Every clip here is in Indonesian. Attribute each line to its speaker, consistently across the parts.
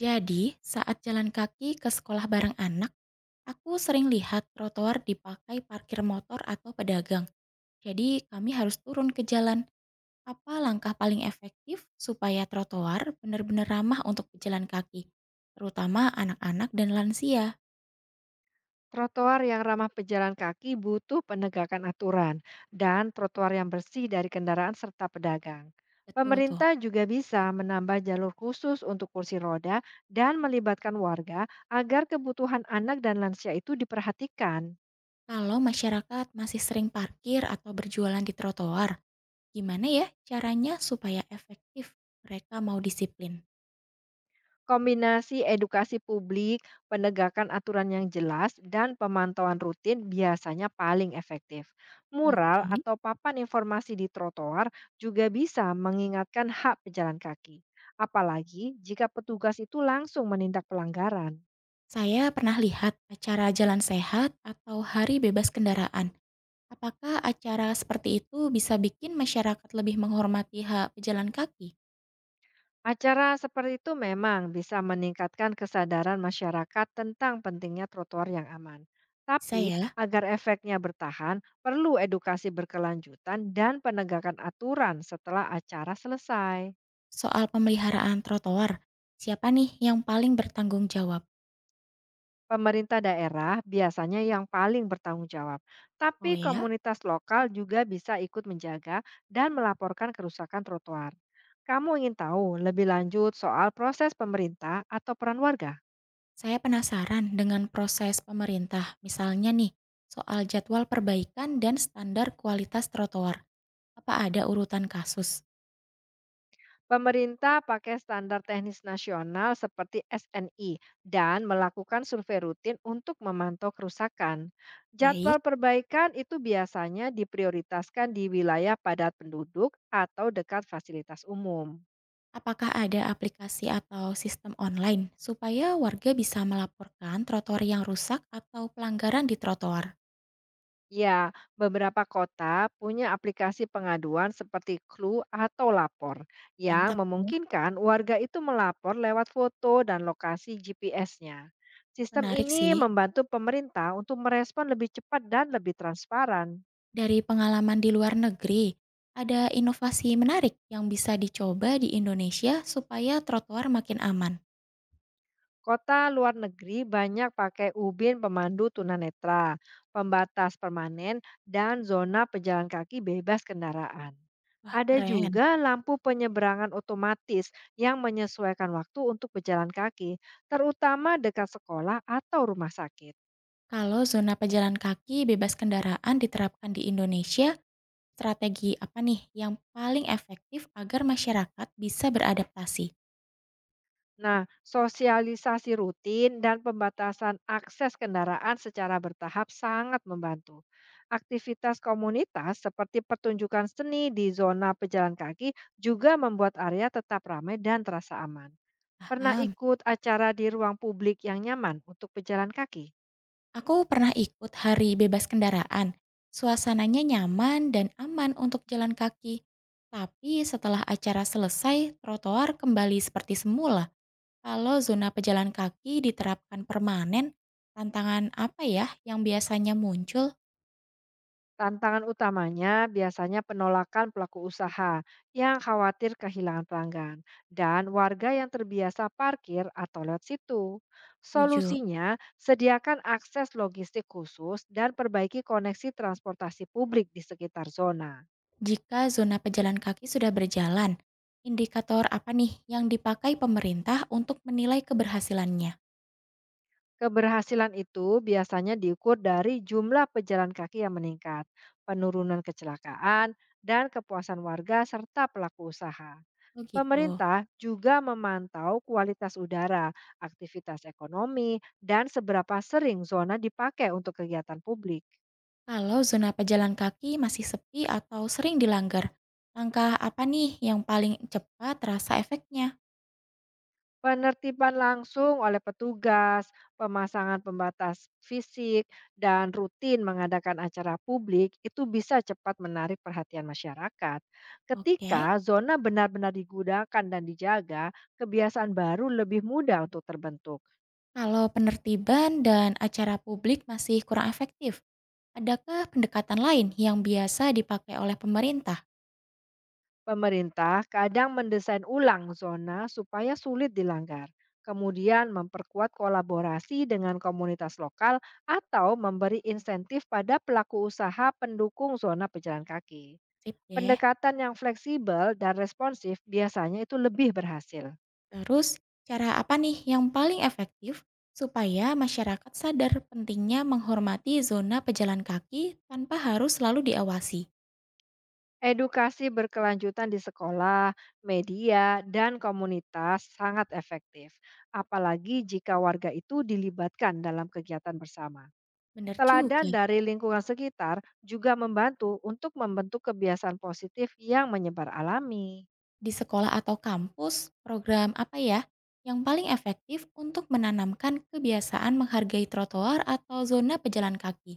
Speaker 1: Jadi, saat jalan kaki ke sekolah bareng anak, aku sering lihat trotoar dipakai parkir motor atau pedagang. Jadi, kami harus turun ke jalan. Apa langkah paling efektif supaya trotoar benar-benar ramah untuk pejalan kaki, terutama anak-anak dan lansia?
Speaker 2: Trotoar yang ramah pejalan kaki butuh penegakan aturan dan trotoar yang bersih dari kendaraan serta pedagang.
Speaker 1: Betul tuh.
Speaker 2: Pemerintah juga bisa menambah jalur khusus untuk kursi roda dan melibatkan warga agar kebutuhan anak dan lansia itu diperhatikan.
Speaker 1: Kalau masyarakat masih sering parkir atau berjualan di trotoar, gimana ya caranya supaya efektif mereka mau disiplin?
Speaker 2: Kombinasi edukasi publik, penegakan aturan yang jelas, dan pemantauan rutin biasanya paling efektif. Mural
Speaker 1: Oke.
Speaker 2: atau papan informasi di trotoar juga bisa mengingatkan hak pejalan kaki, apalagi jika petugas itu langsung menindak pelanggaran.
Speaker 1: Saya pernah lihat acara jalan sehat atau hari bebas kendaraan. Apakah acara seperti itu bisa bikin masyarakat lebih menghormati hak pejalan kaki?
Speaker 2: Acara seperti itu memang bisa meningkatkan kesadaran masyarakat tentang pentingnya trotoar yang aman.
Speaker 1: Bisa
Speaker 2: Tapi
Speaker 1: ya,
Speaker 2: agar efeknya bertahan, perlu edukasi berkelanjutan dan penegakan aturan setelah acara selesai.
Speaker 1: soal pemeliharaan trotoar. Siapa nih yang paling bertanggung jawab?
Speaker 2: Pemerintah daerah biasanya yang paling bertanggung jawab, tapi
Speaker 1: Oh ya,
Speaker 2: komunitas lokal juga bisa ikut menjaga dan melaporkan kerusakan trotoar. Kamu ingin tahu lebih lanjut soal proses pemerintah atau peran warga?
Speaker 1: saya penasaran dengan proses pemerintah. Misalnya nih, soal jadwal perbaikan dan standar kualitas trotoar. Apa ada urutan kasus?
Speaker 2: Pemerintah pakai standar teknis nasional seperti SNI dan melakukan survei rutin untuk memantau kerusakan. Jadwal
Speaker 1: Baik,
Speaker 2: perbaikan itu biasanya diprioritaskan di wilayah padat penduduk atau dekat fasilitas umum.
Speaker 1: apakah ada aplikasi atau sistem online supaya warga bisa melaporkan trotoar yang rusak atau pelanggaran di trotoar?
Speaker 2: Ya, beberapa kota punya aplikasi pengaduan seperti Clue atau Lapor yang
Speaker 1: Mantap ya,
Speaker 2: memungkinkan warga itu melapor lewat foto dan lokasi GPS-nya. Sistem
Speaker 1: menarik
Speaker 2: ini
Speaker 1: sih.
Speaker 2: membantu pemerintah untuk merespon lebih cepat dan lebih transparan.
Speaker 1: Dari pengalaman di luar negeri, ada inovasi menarik yang bisa dicoba di Indonesia supaya trotoar makin aman.
Speaker 2: Kota luar negeri banyak pakai ubin pemandu tunanetra, pembatas permanen, dan zona pejalan kaki bebas kendaraan.
Speaker 1: Wah,
Speaker 2: Ada
Speaker 1: keren.
Speaker 2: juga lampu penyeberangan otomatis yang menyesuaikan waktu untuk pejalan kaki, terutama dekat sekolah atau rumah sakit.
Speaker 1: Kalau zona pejalan kaki bebas kendaraan diterapkan di Indonesia, strategi apa nih yang paling efektif agar masyarakat bisa beradaptasi?
Speaker 2: Nah, sosialisasi rutin dan pembatasan akses kendaraan secara bertahap sangat membantu. Aktivitas komunitas seperti pertunjukan seni di zona pejalan kaki juga membuat area tetap ramai dan terasa aman. Pernah
Speaker 1: Paham.
Speaker 2: ikut acara di ruang publik yang nyaman untuk pejalan kaki?
Speaker 1: Aku pernah ikut hari bebas kendaraan. Suasananya nyaman dan aman untuk jalan kaki. Tapi setelah acara selesai, trotoar kembali seperti semula. Kalau zona pejalan kaki diterapkan permanen, tantangan apa ya yang biasanya muncul?
Speaker 2: Tantangan utamanya biasanya penolakan pelaku usaha yang khawatir kehilangan pelanggan dan warga yang terbiasa parkir atau lewat situ.
Speaker 1: 7.
Speaker 2: Solusinya, sediakan akses logistik khusus dan perbaiki koneksi transportasi publik di sekitar zona.
Speaker 1: Jika zona pejalan kaki sudah berjalan, indikator apa nih yang dipakai pemerintah untuk menilai keberhasilannya?
Speaker 2: Keberhasilan itu biasanya diukur dari jumlah pejalan kaki yang meningkat, penurunan kecelakaan, dan kepuasan warga serta pelaku usaha.
Speaker 1: Begitu.
Speaker 2: Pemerintah juga memantau kualitas udara, aktivitas ekonomi, dan seberapa sering zona dipakai untuk kegiatan publik.
Speaker 1: Kalau zona pejalan kaki masih sepi atau sering dilanggar, langkah apa nih yang paling cepat terasa efeknya?
Speaker 2: Penertiban langsung oleh petugas, pemasangan pembatas fisik, dan rutin mengadakan acara publik itu bisa cepat menarik perhatian masyarakat.
Speaker 1: Oke,
Speaker 2: Ketika zona benar-benar digunakan dan dijaga, kebiasaan baru lebih mudah untuk terbentuk.
Speaker 1: kalau penertiban dan acara publik masih kurang efektif, adakah pendekatan lain yang biasa dipakai oleh pemerintah?
Speaker 2: Pemerintah kadang mendesain ulang zona supaya sulit dilanggar, kemudian memperkuat kolaborasi dengan komunitas lokal atau memberi insentif pada pelaku usaha pendukung zona pejalan kaki.
Speaker 1: Sip deh.
Speaker 2: Pendekatan yang fleksibel dan responsif biasanya itu lebih berhasil.
Speaker 1: Terus, cara apa nih yang paling efektif supaya masyarakat sadar pentingnya menghormati zona pejalan kaki tanpa harus selalu diawasi?
Speaker 2: Edukasi berkelanjutan di sekolah, media, dan komunitas sangat efektif, apalagi jika warga itu dilibatkan dalam kegiatan bersama.
Speaker 1: Bener
Speaker 2: Teladan
Speaker 1: juga.
Speaker 2: dari lingkungan sekitar juga membantu untuk membentuk kebiasaan positif yang menyebar alami.
Speaker 1: Di sekolah atau kampus, program apa ya yang paling efektif untuk menanamkan kebiasaan menghargai trotoar atau zona pejalan kaki?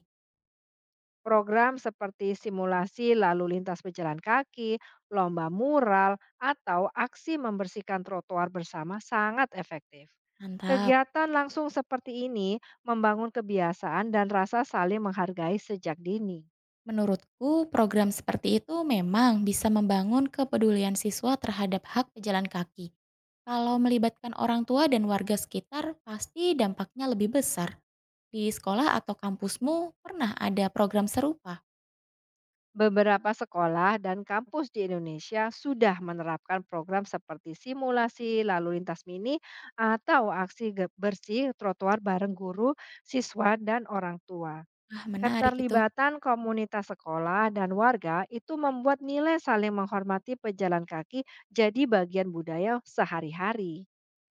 Speaker 2: Program seperti simulasi lalu lintas pejalan kaki, lomba mural, atau aksi membersihkan trotoar bersama sangat efektif.
Speaker 1: Mantap.
Speaker 2: Kegiatan langsung seperti ini membangun kebiasaan dan rasa saling menghargai sejak dini.
Speaker 1: Menurutku, program seperti itu memang bisa membangun kepedulian siswa terhadap hak pejalan kaki. Kalau melibatkan orang tua dan warga sekitar, pasti dampaknya lebih besar. Di sekolah atau kampusmu pernah ada program serupa?
Speaker 2: Beberapa sekolah dan kampus di Indonesia sudah menerapkan program seperti simulasi lalu lintas mini atau aksi bersih trotoar bareng guru, siswa, dan orang tua.
Speaker 1: Ah, menarik itu.
Speaker 2: Keterlibatan komunitas sekolah dan warga itu membuat nilai saling menghormati pejalan kaki jadi bagian budaya sehari-hari.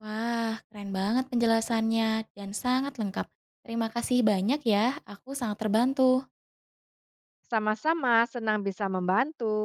Speaker 1: Wah, keren banget penjelasannya dan sangat lengkap. Terima kasih banyak ya, aku sangat terbantu.
Speaker 2: Sama-sama senang bisa membantu.